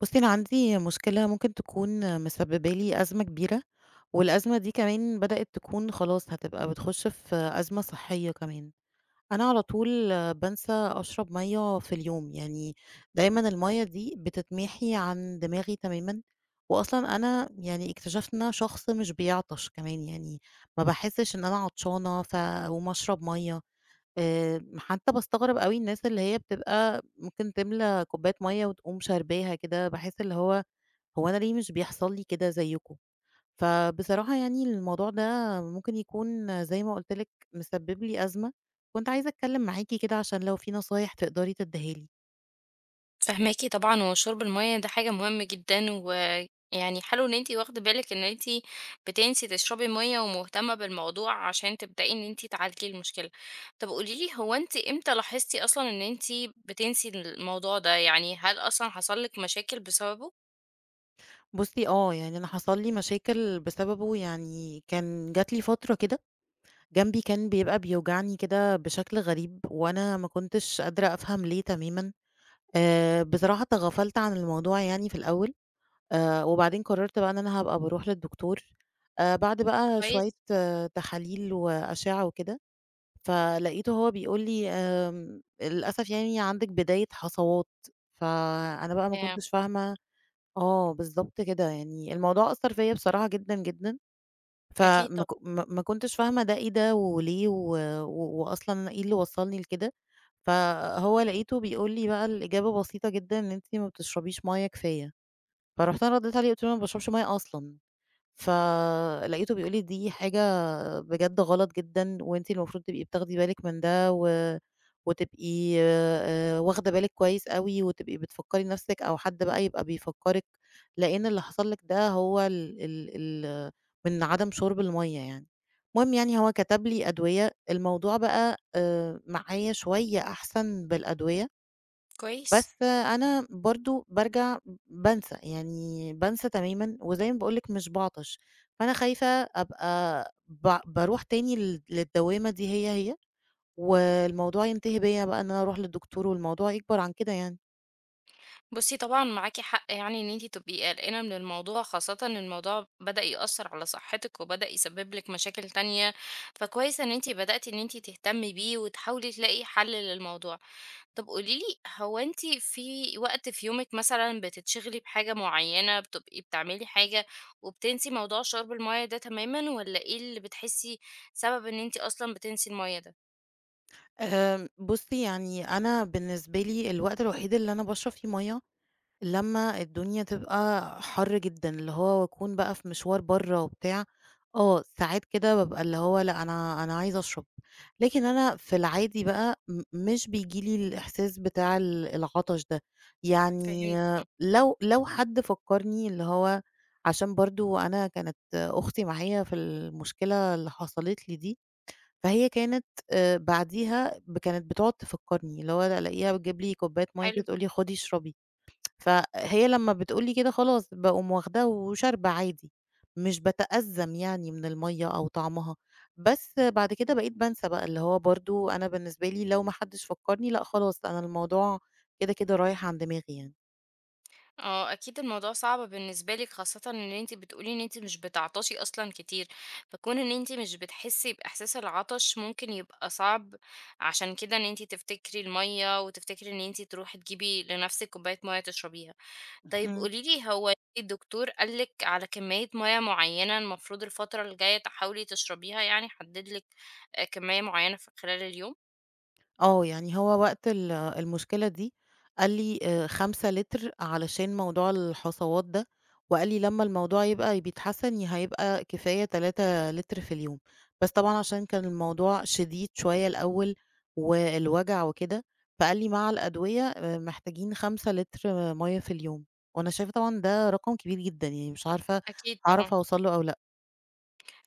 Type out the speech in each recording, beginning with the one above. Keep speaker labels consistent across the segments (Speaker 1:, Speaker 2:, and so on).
Speaker 1: بُصّي، أنا عندي مشكلة ممكن تكون مسببة لي أزمة كبيرة، والأزمة دي كمان بدأت تكون خلاص هتبقى بتخش في أزمة صحية كمان. أنا على طول بانسى أشرب مَيّة في اليوم، يعني دايمًا المَيّة دي بتتمحي عن دماغي تمامًا، وأصلًا أنا يعني اكتشفت إن أنا شخص مش بيعطش كمان، يعني ما باحسش إن أنا عطشانة فاقوم أشرب مَيّة. حتى باستغرب أوي الناس اللي هي بتبقى ممكن تملى كوباية مَيّة وتقوم شارباها كده، باحس اللي هو أنا ليه مش بيحصل لي كده زيكم؟ فبصراحة يعني الموضوع ده ممكن يكون زي ما قُلت لِك مسبب لي أزمة، كنت عايزة أتكلم معاكِ كده عشان لو في نصايح تقدري تديها لي.
Speaker 2: فاهماكِ طبعًا، وشرب المَيّة ده حاجة مهمة جدًا، ويعني حلو إن أنتِ واخدة بالِك إن أنتِ بتنسي تشربي مَيّة ومهتمة بالموضوع عشان تبدئي إن أنتِ تعالجي المشكلة. طب قولي لي هو أنتِ إمتى لاحظتِ أصلًا إن أنتِ بتنسي الموضوع ده، يعني هل أصلًا حصل لِك مشاكل بسببه؟
Speaker 1: بُصّي آه، يعني أنا حصل لي مشاكل بسببه، يعني كان جات لي فترة كده جنبي كان بيبقى بيوجعني كده بشكل غريب، وأنا ما كنتش قادرة أفهم ليه تمامًا. بصراحة تغافلت عن الموضوع يعني في الأول. وبعدين قررت بقى إن أنا هابقى باروح للدكتور، بعد بقى
Speaker 2: كويس،
Speaker 1: شوية آه، تحاليل وأشعة وكده، فلقيته هو بيقول لي: للأسف يعني عندِك بداية حصوات." فأنا بقى ما
Speaker 2: آآ
Speaker 1: كنتش فاهمة آه بالضبط كده، يعني الموضوع أثّر فيّا بصراحة جدًا، جدًا،
Speaker 2: أكيد
Speaker 1: فما
Speaker 2: طبعًا،
Speaker 1: ك ما ما كنتش فاهمة ده إيه ده وليه و و وأصلًا إيه اللي وصّلني لكده، فهو لقيته بيقول لي بقى الإجابة بسيطة جدًا، إن أنتِ ما بتشربيش مَيّة كفاية، فرُحت أنا ردّيت عليه قُلت له: "أنا ما باشربش مَيّة أصلًا." فلقيته بيقول لي: "دي حاجة بجد غلط جدًا، وأنتِ المفروض تبقي بتاخدي بالِك من ده وتبقي واخدة بالِك كويس أوي وتبقي بتفكّري نَفْسِك أو حد بقى يبقى بيفكّرِك، لإن اللي حصل لِك ده هو ال ال ال من عدم شُرب المَيّة يعني." المهم يعني هو كتب لي أدوية، الموضوع بقى معايا شوية أحسن بالأدوية.
Speaker 2: كويس.
Speaker 1: بس أنا برضه بارجع بانسى، يعني بانسى تمامًا وزي ما باقول لِك مش باعطش، فأنا خايفة أبقى باروح تاني للدوّامة دي هي، والموضوع ينتهي بيّا بقى إن أنا أروح للدكتور والموضوع يكبر عن كده يعني.
Speaker 2: بُصّي طبعًا معاكِ حق يعني إن أنتِ تبقي قلقانة من الموضوع، خاصةً إن الموضوع بدأ يأثّر على صحتِك وبدأ يسبب لِك مشاكل تانية، فكويس إن أنتِ بدأتِ إن أنتِ تهتمي بيه وتحاولي تلاقي حل للموضوع. طب قولي لي، هو أنتِ في وقت في يومِك مثلًا بتتشغلي بحاجة معيّنة، بتبقي بتعملي حاجة وبتنسي موضوع شرب المَيّة ده تمامًا والّا إيه اللي بتحسي سبب إن أنتِ أصلًا بتنسي المَيّة ده؟
Speaker 1: بُصّي، يعني أنا بالنسبة لي الوقت الوحيد اللي أنا باشرب فيه مَيّة لمّا الدنيا تبقى حَر جدًا، اللي هو باكون بقى في مشوار برّه وبتاع، آه، ساعات كده بابقى اللي هو لأ، أنا عايزة أشرب، لكن أنا في العادي بقى مش بييجي لي الإحساس بتاع العطش ده، يعني
Speaker 2: فهمتِك آه،
Speaker 1: لو حد فكّرني اللي هو عشان برضه أنا كانت أختي معايا في المشكلة اللي حصلت لي دي، فهي كانت، بعديها كانت بتقعد تفكّرني، اللي هو ألاقيها بتجيب لي كوباية مَيّة
Speaker 2: حلو.
Speaker 1: كده تقول لي خُدي اشربي، فهي لمّا بتقول لي كده خلاص باقوم واخداه وشاربة عادي، مش باتأذّم يعني من المَيّة أو طعمها، بس بعد كده بقيت بانسى بقى، اللي هو برضه أنا بالنسبة لي لو ما حدش فكّرني لأ خلاص أنا الموضوع كده رايح عن دماغي يعني.
Speaker 2: اه اكيد الموضوع صعب بالنسبه لك خاصه ان انت بتقولي ان انت مش بتعطشي اصلا كتير، فكون ان انت مش بتحسي باحساس العطش ممكن يبقى صعب عشان كده ان انت تفتكري الميه وتفتكري ان انت تروحي تجيبي لنفسك كوبايه ميه تشربيها. طيب
Speaker 1: اهم.
Speaker 2: قوليلي هو الدكتور قالك على كميه ميه معينه المفروض الفتره الجايه تحاولي تشربيها، يعني حددلك آه، كميه معينه في خلال اليوم؟
Speaker 1: آه، يعني هو وقت المشكلة دي قال لي 5 لتر علشان موضوع الحصوات ده، وقال لي لمّا الموضوع يبقى بيتحسن هيبقى كفاية 3 لتر في اليوم، بس طبعًا عشان كان الموضوع شديد شوية الأول والوجع وكده، فقال لي مع الأدوية محتاجين 5 لتر آه، مَيّة في اليوم، وأنا شايفة طبعًا ده رقم كبير جدًا، يعني مش عارفة
Speaker 2: اكيد طبعا.
Speaker 1: هاعرف أوصل له أو لأ.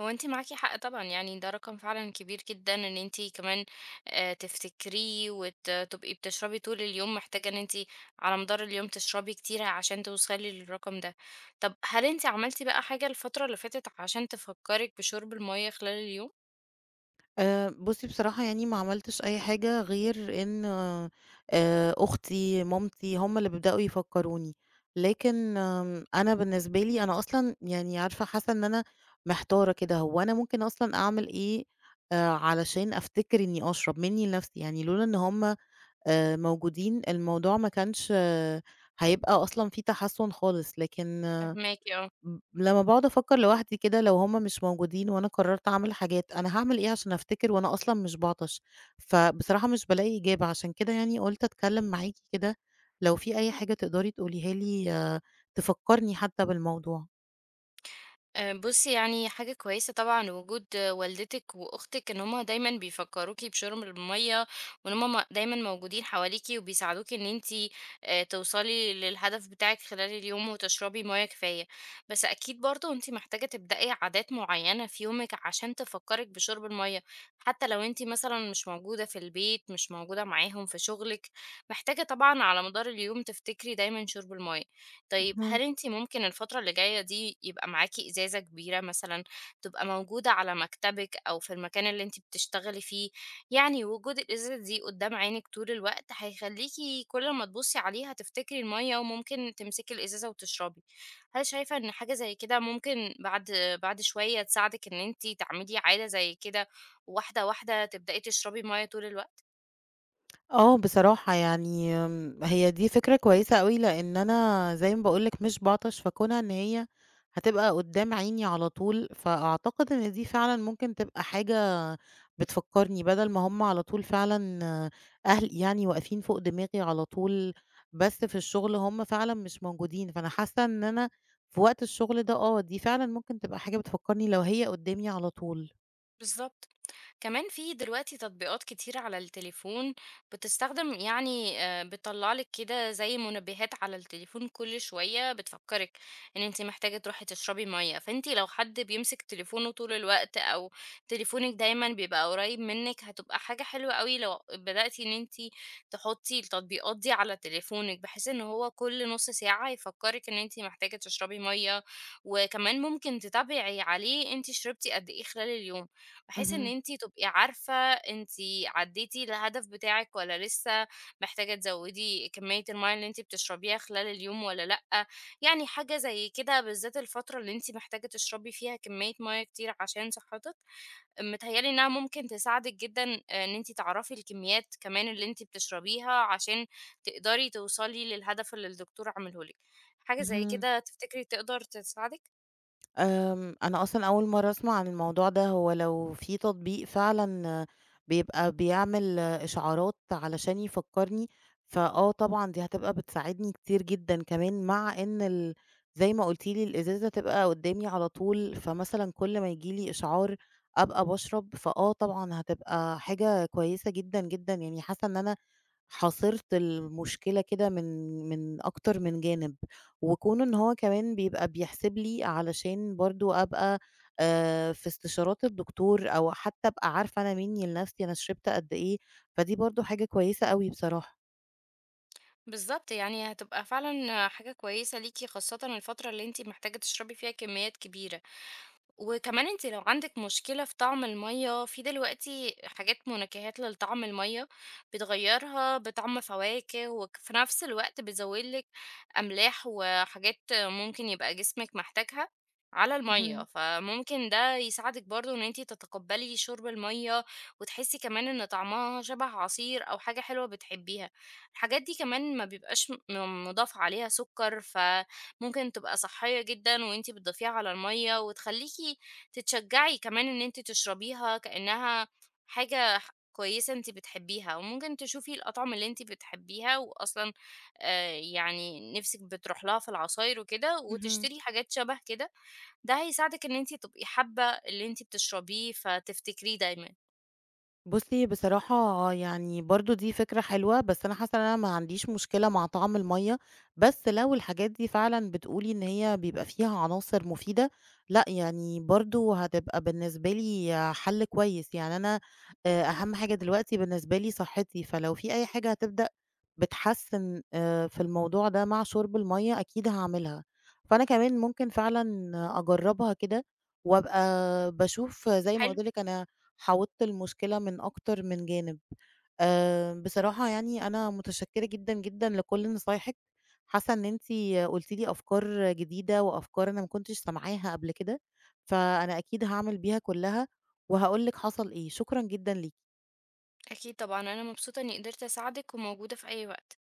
Speaker 2: هو أنتِ معاكِ حق طبعًا، يعني ده رقم فعلًا كبير جدًا إن أنتِ كمان تفتكريه تبقي بتشربي طول اليوم، محتاجة إن أنتِ على مدار اليوم تشربي كتير عشان توصلي للرقم ده. طب هل أنتِ عملتِ بقى حاجة الفترة اللي فاتت عشان تفكّرِك بشرب المَيّة خلال اليوم؟
Speaker 1: بُصّي بصراحة يعني ما عملتش أي حاجة غير إن أختي، مامتي، هم اللي بيبدأوا يفكّروني، لكن أنا بالنسبة لي أنا أصلًا يعني عارفة حاسة إن أنا محتارة كده، هو أنا ممكن أصلًا أعمل إيه علشان أفتكر إني أشرب منّي لنفسي، يعني لولا إن هم موجودين الموضوع ما كانش آه، هيبقى أصلًا في تحسُّن خالص، لكن
Speaker 2: فاهماكِ، آه.
Speaker 1: لمّا باقعد أفكّر لوحدي كده لو هُم مش موجودين وأنا قرّرت أعمل حاجات، أنا هاعمل إيه عشان أفتكر وأنا أصلًا مش باعطش؟ فبصراحة مش بالاقي إجابة، عشان كده يعني قُلت أتكلّم معاكِ كده لو في أي حاجة تقدري تقوليها لي آه، تفكّرني حتّى بالموضوع.
Speaker 2: بُصّي يعني حاجة كويسة طبعًا وجود والدتِك وأختِك إن هُم دايمًا بيفكّروكِ بشُرب المَيّة، وإن هُم دايمًا موجودين حواليكِ وبيساعدوكِ إن أنتِ توصلي للهدف بتاعِك خلال اليوم وتشربي مَيّة كفاية، بس أكيد برضه أنتِ محتاجة تبدئي عادات معيّنة في يومِك عشان تفكّرِك بشُرب المَيّة، حتى لو أنتِ مثلًا مش موجودة في البيت، مش موجودة معاهم في شُغلِك، محتاجة طبعًا على مدار اليوم تفتكري دايمًا شُرب المَيّة. طيب
Speaker 1: اهم.
Speaker 2: هل أنتِ ممكن الفترة اللي جاية دي يبقى معاكِ إزازة كبيرة مثلًا تبقى موجودة على مكتبِك أو في المكان اللي أنتِ بتشتغلي فيه، يعني وجود الإزازة دي قدّام عينِك طول الوقت هيخلّيكِ كل ما تبُصّي عليها تفتكري المَيّة وممكن تمسكي الإزازة وتشربي. هل شايفة إن حاجة زي كده ممكن بعد شوية تساعدِك إن أنتِ تعملي عادة زي كده، وواحدة، واحدة تبدئي تشربي مَيّة طول الوقت؟
Speaker 1: آه، بصراحة يعني هي دي فكرة كويسة أوي، لإن أنا زي ما باقول لِك مش باعطش في كونها إن هي هتبقى قدّام عيني على طول، فأعتقد إن دي فعلًا ممكن تبقى حاجة بتفكّرني، بدل ما هُم على طول فعلًا أهلي يعني واقفين فوق دماغي على طول، بس في الشغل هُم فعلًا مش موجودين، فأنا حاسة إن أنا في وقت الشغل ده آه، دي فعلًا ممكن تبقى حاجة بتفكّرني لو هي قدّامي على طول.
Speaker 2: بالضبط. كمان في دلوقتي تطبيقات كتير على التليفون بتستخدم بتطلع لك كده زي منبهات على التليفون كل شوية بتفكرك ان انت محتاجة تروحي تشربي مية، فانت لو حد بيمسك تليفونه طول الوقت او تليفونك دايما بيبقى قريب منك هتبقى حاجة حلوة قوي لو بدأتي ان انت تحطي التطبيقات دي على تليفونك بحيث ان هو كل نص ساعة يفكرك ان انت محتاجة تشربي مية، وكمان ممكن تتابعي عليه انت شربتي قد ايه خلال اليوم بحيث إن
Speaker 1: اهم،
Speaker 2: أنتِ تبقي عارفة أنتِ عدّيتِ الهدف بتاعِك والّا لسه محتاجة تزوّدي كمية المَيّة اللي أنتِ بتشربيها خلال اليوم والّا لأ، يعني حاجة زي كده بالذات الفترة اللي أنتِ محتاجة تشربي فيها كمية مَيّة كتير عشان صحتِك، متهيأ لي إنها ممكن تساعدِك جدًا آه، إن أنتِ تعرفي الكميات كمان اللي أنتِ بتشربيها عشان تقدري توصلي للهدف اللي الدكتور عامله لِك. حاجة زي
Speaker 1: اهم.
Speaker 2: كده تفتكري تقدر تساعدِك؟
Speaker 1: أنا أصلًا أول مرّة أسمع عن الموضوع ده، هو لو في تطبيق فعلًا آه، بيبقى بيعمل آه، إشعارات علشان يفكّرني، فآه طبعًا دي هتبقى بتساعدني كتير جدًا كمان، مع إن زي ما قُلتِ لي الإزازة تبقى قدّامي على طول، فمثلًا كل ما ييجي لي إشعار أبقى باشرب، فآه طبعًا هتبقى حاجة كويسة جدًا، جدًا، يعني حاسة إن أنا حاصرت المشكلة كده من أكتر من جانب. وكونه إن هو كمان بيبقى بيحسب لي علشان برضه أبقى في استشارات الدكتور أو حتى أبقى عارفة أنا منّي لنفسي أنا شربت قد إيه، فدي برضه حاجة كويسة أوي بصراحة.
Speaker 2: بالضبط، يعني هتبقى فعلًا حاجة كويسة ليكِ خاصةً الفترة اللي أنتِ محتاجة تشربي فيها كميات كبيرة، وكمان انت لو عندك مشكلة في طعم المية، في دلوقتي حاجات منكهات لطعم المية بتغيرها بطعم فواكه وفي نفس الوقت بتزودلك أملاح وحاجات ممكن يبقى جسمك محتاجها على المية،
Speaker 1: اهم،
Speaker 2: فممكن ده يساعدك برضو ان انتي تتقبلي شرب المية وتحسي كمان ان طعمها شبه عصير او حاجة حلوة بتحبيها. الحاجات دي كمان ما بيبقاش مضاف عليها سكر، ممكن تبقى صحية جدًا وأنتِ بتضيفيها على المَيّة، وتخلّيكِ تتشجّعي كمان إن أنتِ تشربيها كأنها حاجة كويسة أنتِ بتحبيها، وممكن تشوفي الأطعمة اللي أنتِ بتحبيها وأصلًا يعني نِفْسِك بتروح لها في العصاير وكده،
Speaker 1: اهم.
Speaker 2: وتشتري حاجات شَبه كده، ده هيساعدِك إن أنتِ تبقي حابة اللي أنتِ بتشربيه فتفتكريه دايمًا.
Speaker 1: بُصّي، بصراحة يعني برضه دي فكرة حلوة، بس أنا حاسة إن أنا ما عنديش مشكلة مع طعم المَيّة، بس لو الحاجات دي فعلًا بتقولي إن هي بيبقى فيها عناصر مفيدة، لأ يعني برضه هتبقى بالنسبة لي حَل كويس، يعني أنا أهم حاجة دلوقتي بالنسبة لي صحّتي، فلو في أي حاجة هتبدأ بتحسّن في الموضوع ده مع شُرب المَيّة أكيد هاعملها، فأنا كمان ممكن فعلًا أجرّبها كده وأبقى باشوف زي ما
Speaker 2: حلو؟
Speaker 1: قُلت لِك أنا حاوطت المشكلة من أكتر من جانب. بصراحة يعني أنا متشكّرة جدًا، جدًا لكل نصايحِك، حاسة إن أنتِ قُلتِ لي أفكار جديدة وأفكار أنا ما كنتش سامعاها قبل كده، فأنا أكيد هاعمل بيها كُلّها وهاقول لِك حصل إيه. شكرًا جدًا ليكِ.
Speaker 2: أكيد طبعًا، أنا مبسوطة إني قدرت أساعدِك وموجودة في أي وقت.